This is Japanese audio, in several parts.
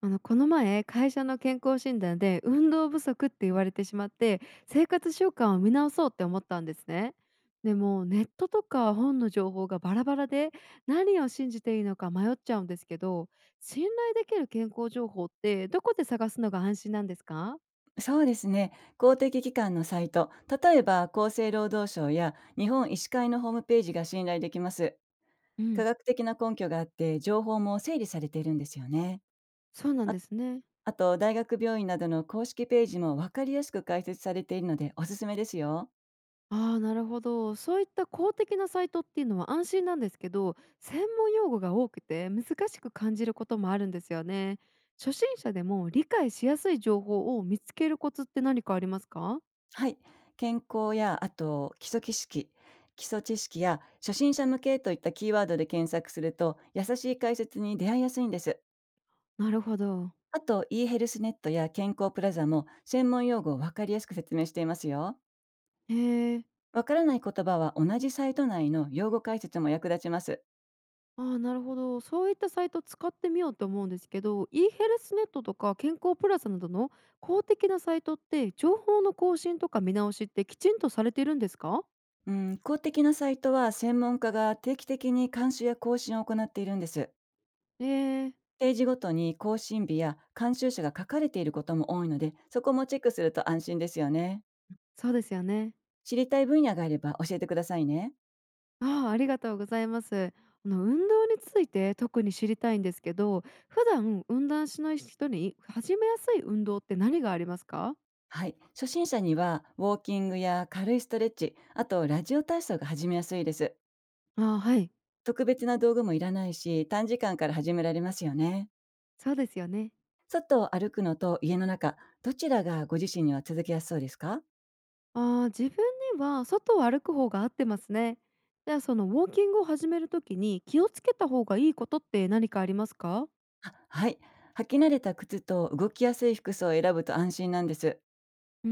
この前会社の健康診断で運動不足って言われてしまって、生活習慣を見直そうって思ったんですね。でもネットとか本の情報がバラバラで、何を信じていいのか迷っちゃうんですけど、信頼できる健康情報ってどこで探すのが安心なんですか？そうですね。公的機関のサイト、例えば厚生労働省や日本医師会のホームページが信頼できます。う科ん、学的な根拠があって、情報も整理されているんですよね。そうなんですね。あと、大学病院などの公式ページも分かりやすく解説されているのでおすすめですよ。ああ、なるほど。そういった公的なサイトっていうのは安心なんですけど、専門用語が多くて難しく感じることもあるんですよね。初心者でも理解しやすい情報を見つけるコツって何かありますか？はい。健康や、あと、基礎知識や初心者向けといったキーワードで検索すると、優しい解説に出会いやすいんです。なるほど。あと、e ヘルスネットや健康プラザも専門用語をわかりやすく説明していますよ。へえ。わからない言葉は同じサイト内の用語解説も役立ちます。ああ、なるほど。そういったサイト使ってみようと思うんですけど、e ヘルスネットとか健康プラスなどの公的なサイトって情報の更新とか見直しってきちんとされているんですか？うん、公的なサイトは専門家が定期的に監修や更新を行っているんです。ええ、ページごとに更新日や監修者が書かれていることも多いので、そこもチェックすると安心ですよね。そうですよね。知りたい分野があれば教えてくださいね。ああ、ありがとうございます。運動について特に知りたいんですけど、普段運動しない人に始めやすい運動って何がありますか？はい。初心者にはウォーキングや軽いストレッチ、あとラジオ体操が始めやすいです。ああ、はい。特別な道具もいらないし、短時間から始められますよね。そうですよね。外を歩くのと家の中、どちらがご自身には続けやすそうですか？ああ、自分には外を歩く方が合ってますね。じゃあそのウォーキングを始めるときに気をつけた方がいいことって何かありますか？あ、はい。履き慣れた靴と動きやすい服装を選ぶと安心なんです。うー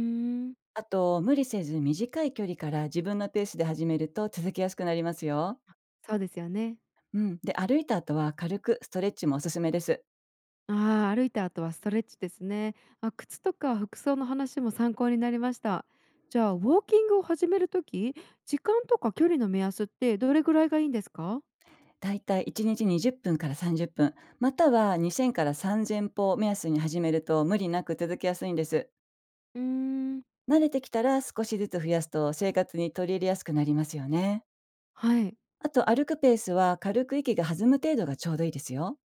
ん、あと、無理せず短い距離から自分のペースで始めると続けやすくなりますよ。そうですよね。うん。で、歩いた後は軽くストレッチもおすすめです。ああ、歩いた後はストレッチですね。あ、靴とか服装の話も参考になりました。じゃあ、ウォーキングを始めるとき、時間とか距離の目安ってどれぐらいがいいんですか？だいたい1日20分から30分、または2000から3000歩を目安に始めると無理なく続けやすいんです。うーん。慣れてきたら少しずつ増やすと生活に取り入れやすくなりますよね。はい。あと歩くペースは軽く息が弾む程度がちょうどいいですよ。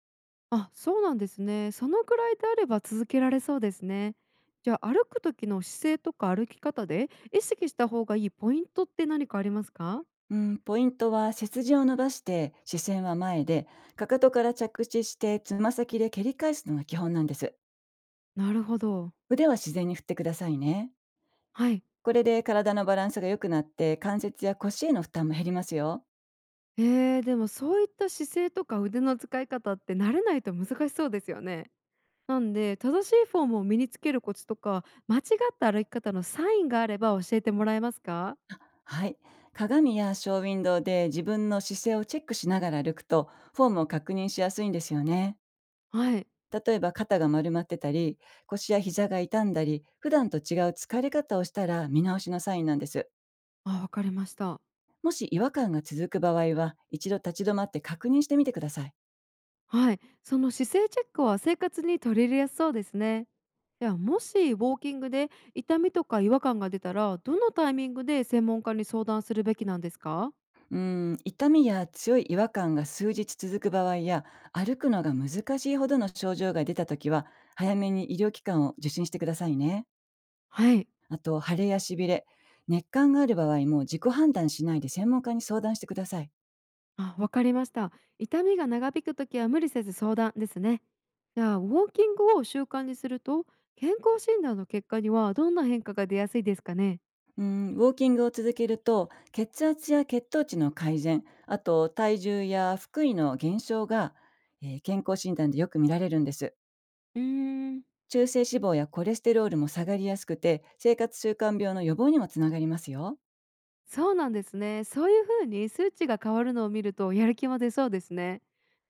あ、そうなんですね。そのぐらいであれば続けられそうですね。じゃあ、歩く時の姿勢とか歩き方で意識した方がいいポイントって何かありますか？うん、ポイントは背筋を伸ばして視線は前で、かかとから着地してつま先で蹴り返すのが基本なんです。なるほど。腕は自然に振ってくださいね。はい。これで体のバランスが良くなって関節や腰への負担も減りますよ。でもそういった姿勢とか腕の使い方って慣れないと難しそうですよね。なんで、正しいフォームを身につけるコツとか、間違った歩き方のサインがあれば教えてもらえますか？はい。鏡やショーウィンドウで自分の姿勢をチェックしながら歩くと、フォームを確認しやすいんですよね。はい。例えば肩が丸まってたり、腰や膝が痛んだり、普段と違う疲れ方をしたら見直しのサインなんです。あ、わかりました。もし違和感が続く場合は、一度立ち止まって確認してみてください。はい。その姿勢チェックは生活に取り入れやすそうですね。では、もしウォーキングで痛みとか違和感が出たら、どのタイミングで専門家に相談するべきなんですか？うーん、痛みや強い違和感が数日続く場合や、歩くのが難しいほどの症状が出たときは、早めに医療機関を受診してくださいね。はい。あと、腫れやしびれ、熱感がある場合も自己判断しないで専門家に相談してください。あ、わかりました。痛みが長引くときは無理せず相談ですね。じゃあ、ウォーキングを習慣にすると、健康診断の結果にはどんな変化が出やすいですかね？うん、ウォーキングを続けると血圧や血糖値の改善、あと体重や腹囲の減少が、健康診断でよく見られるんです。うーん、中性脂肪やコレステロールも下がりやすくて生活習慣病の予防にもつながりますよ。そうなんですね。そういう風に数値が変わるのを見るとやる気も出そうですね。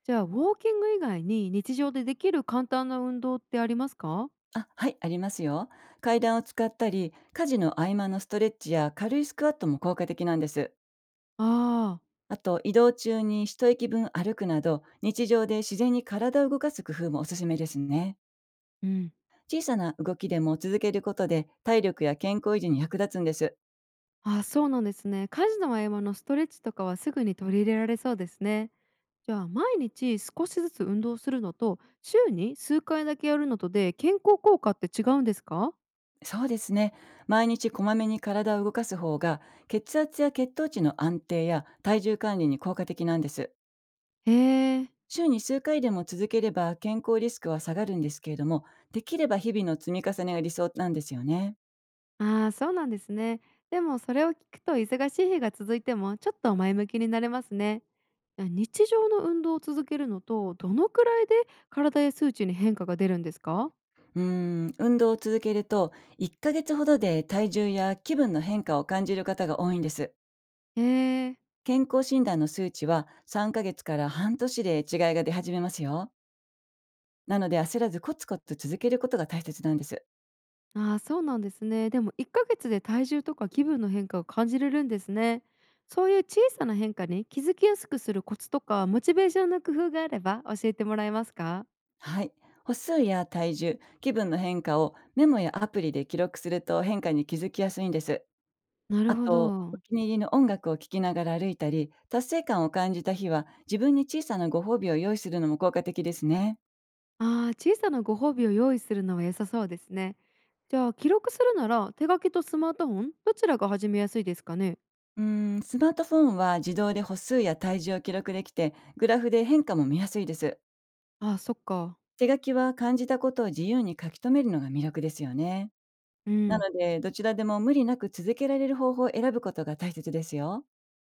じゃあウォーキング以外に日常でできる簡単な運動ってありますか？あ、はい、ありますよ。階段を使ったり家事の合間のストレッチや軽いスクワットも効果的なんです。ああ。あと移動中に一息分歩くなど日常で自然に体を動かす工夫もおすすめですね。うん。小さな動きでも続けることで体力や健康維持に役立つんです。あ、そうなんですね。家事の合間のストレッチとかはすぐに取り入れられそうですね。じゃあ毎日少しずつ運動するのと週に数回だけやるのとで健康効果って違うんですか？そうですね。毎日こまめに体を動かす方が血圧や血糖値の安定や体重管理に効果的なんです。へえ。週に数回でも続ければ健康リスクは下がるんですけれども、できれば日々の積み重ねが理想なんですよね。ああ、そうなんですね。でもそれを聞くと忙しい日が続いてもちょっと前向きになれますね。あ、日常の運動を続けるのとどのくらいで体や数値に変化が出るんですか？うーん、運動を続けると1ヶ月ほどで体重や気分の変化を感じる方が多いんです。へえ。健康診断の数値は3ヶ月から半年で違いが出始めますよ。なので焦らずコツコツ続けることが大切なんです。ああ、そうなんですね。でも1ヶ月で体重とか気分の変化を感じれるんですね。そういう小さな変化に気づきやすくするコツとかモチベーションの工夫があれば教えてもらえますか？はい。歩数や体重、気分の変化をメモやアプリで記録すると変化に気づきやすいんです。なるあほと、おど。気に入りの音楽を聴きながら歩いたり、達成感を感じた日は自分に小さなご褒美を用意するのも効果的ですね。ああ、小さなご褒美を用意するのは良さそうですね。じゃあ、記録するなら手書きとスマートフォンどちらが始めやすいですかね？うーん、スマートフォンは自動で歩数や体重を記録できて、グラフで変化も見やすいです。ああ、そっか。手書きは感じたことを自由に書き留めるのが魅力ですよね。うなん。ので、どちらでも無理なく続けられる方法を選ぶことが大切ですよ。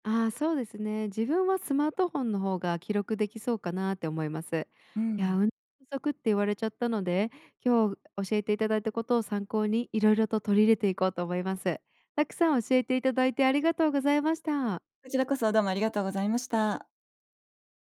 ああ、そうですね。自分はスマートフォンの方が記録できそうかなって思います。ういや、ん。運動不足って言われちゃったので、今日教えていただいたことを参考にいろいろと取り入れていこうと思います。たくさん教えていただいてありがとうございました。こちらこそどうもありがとうございました。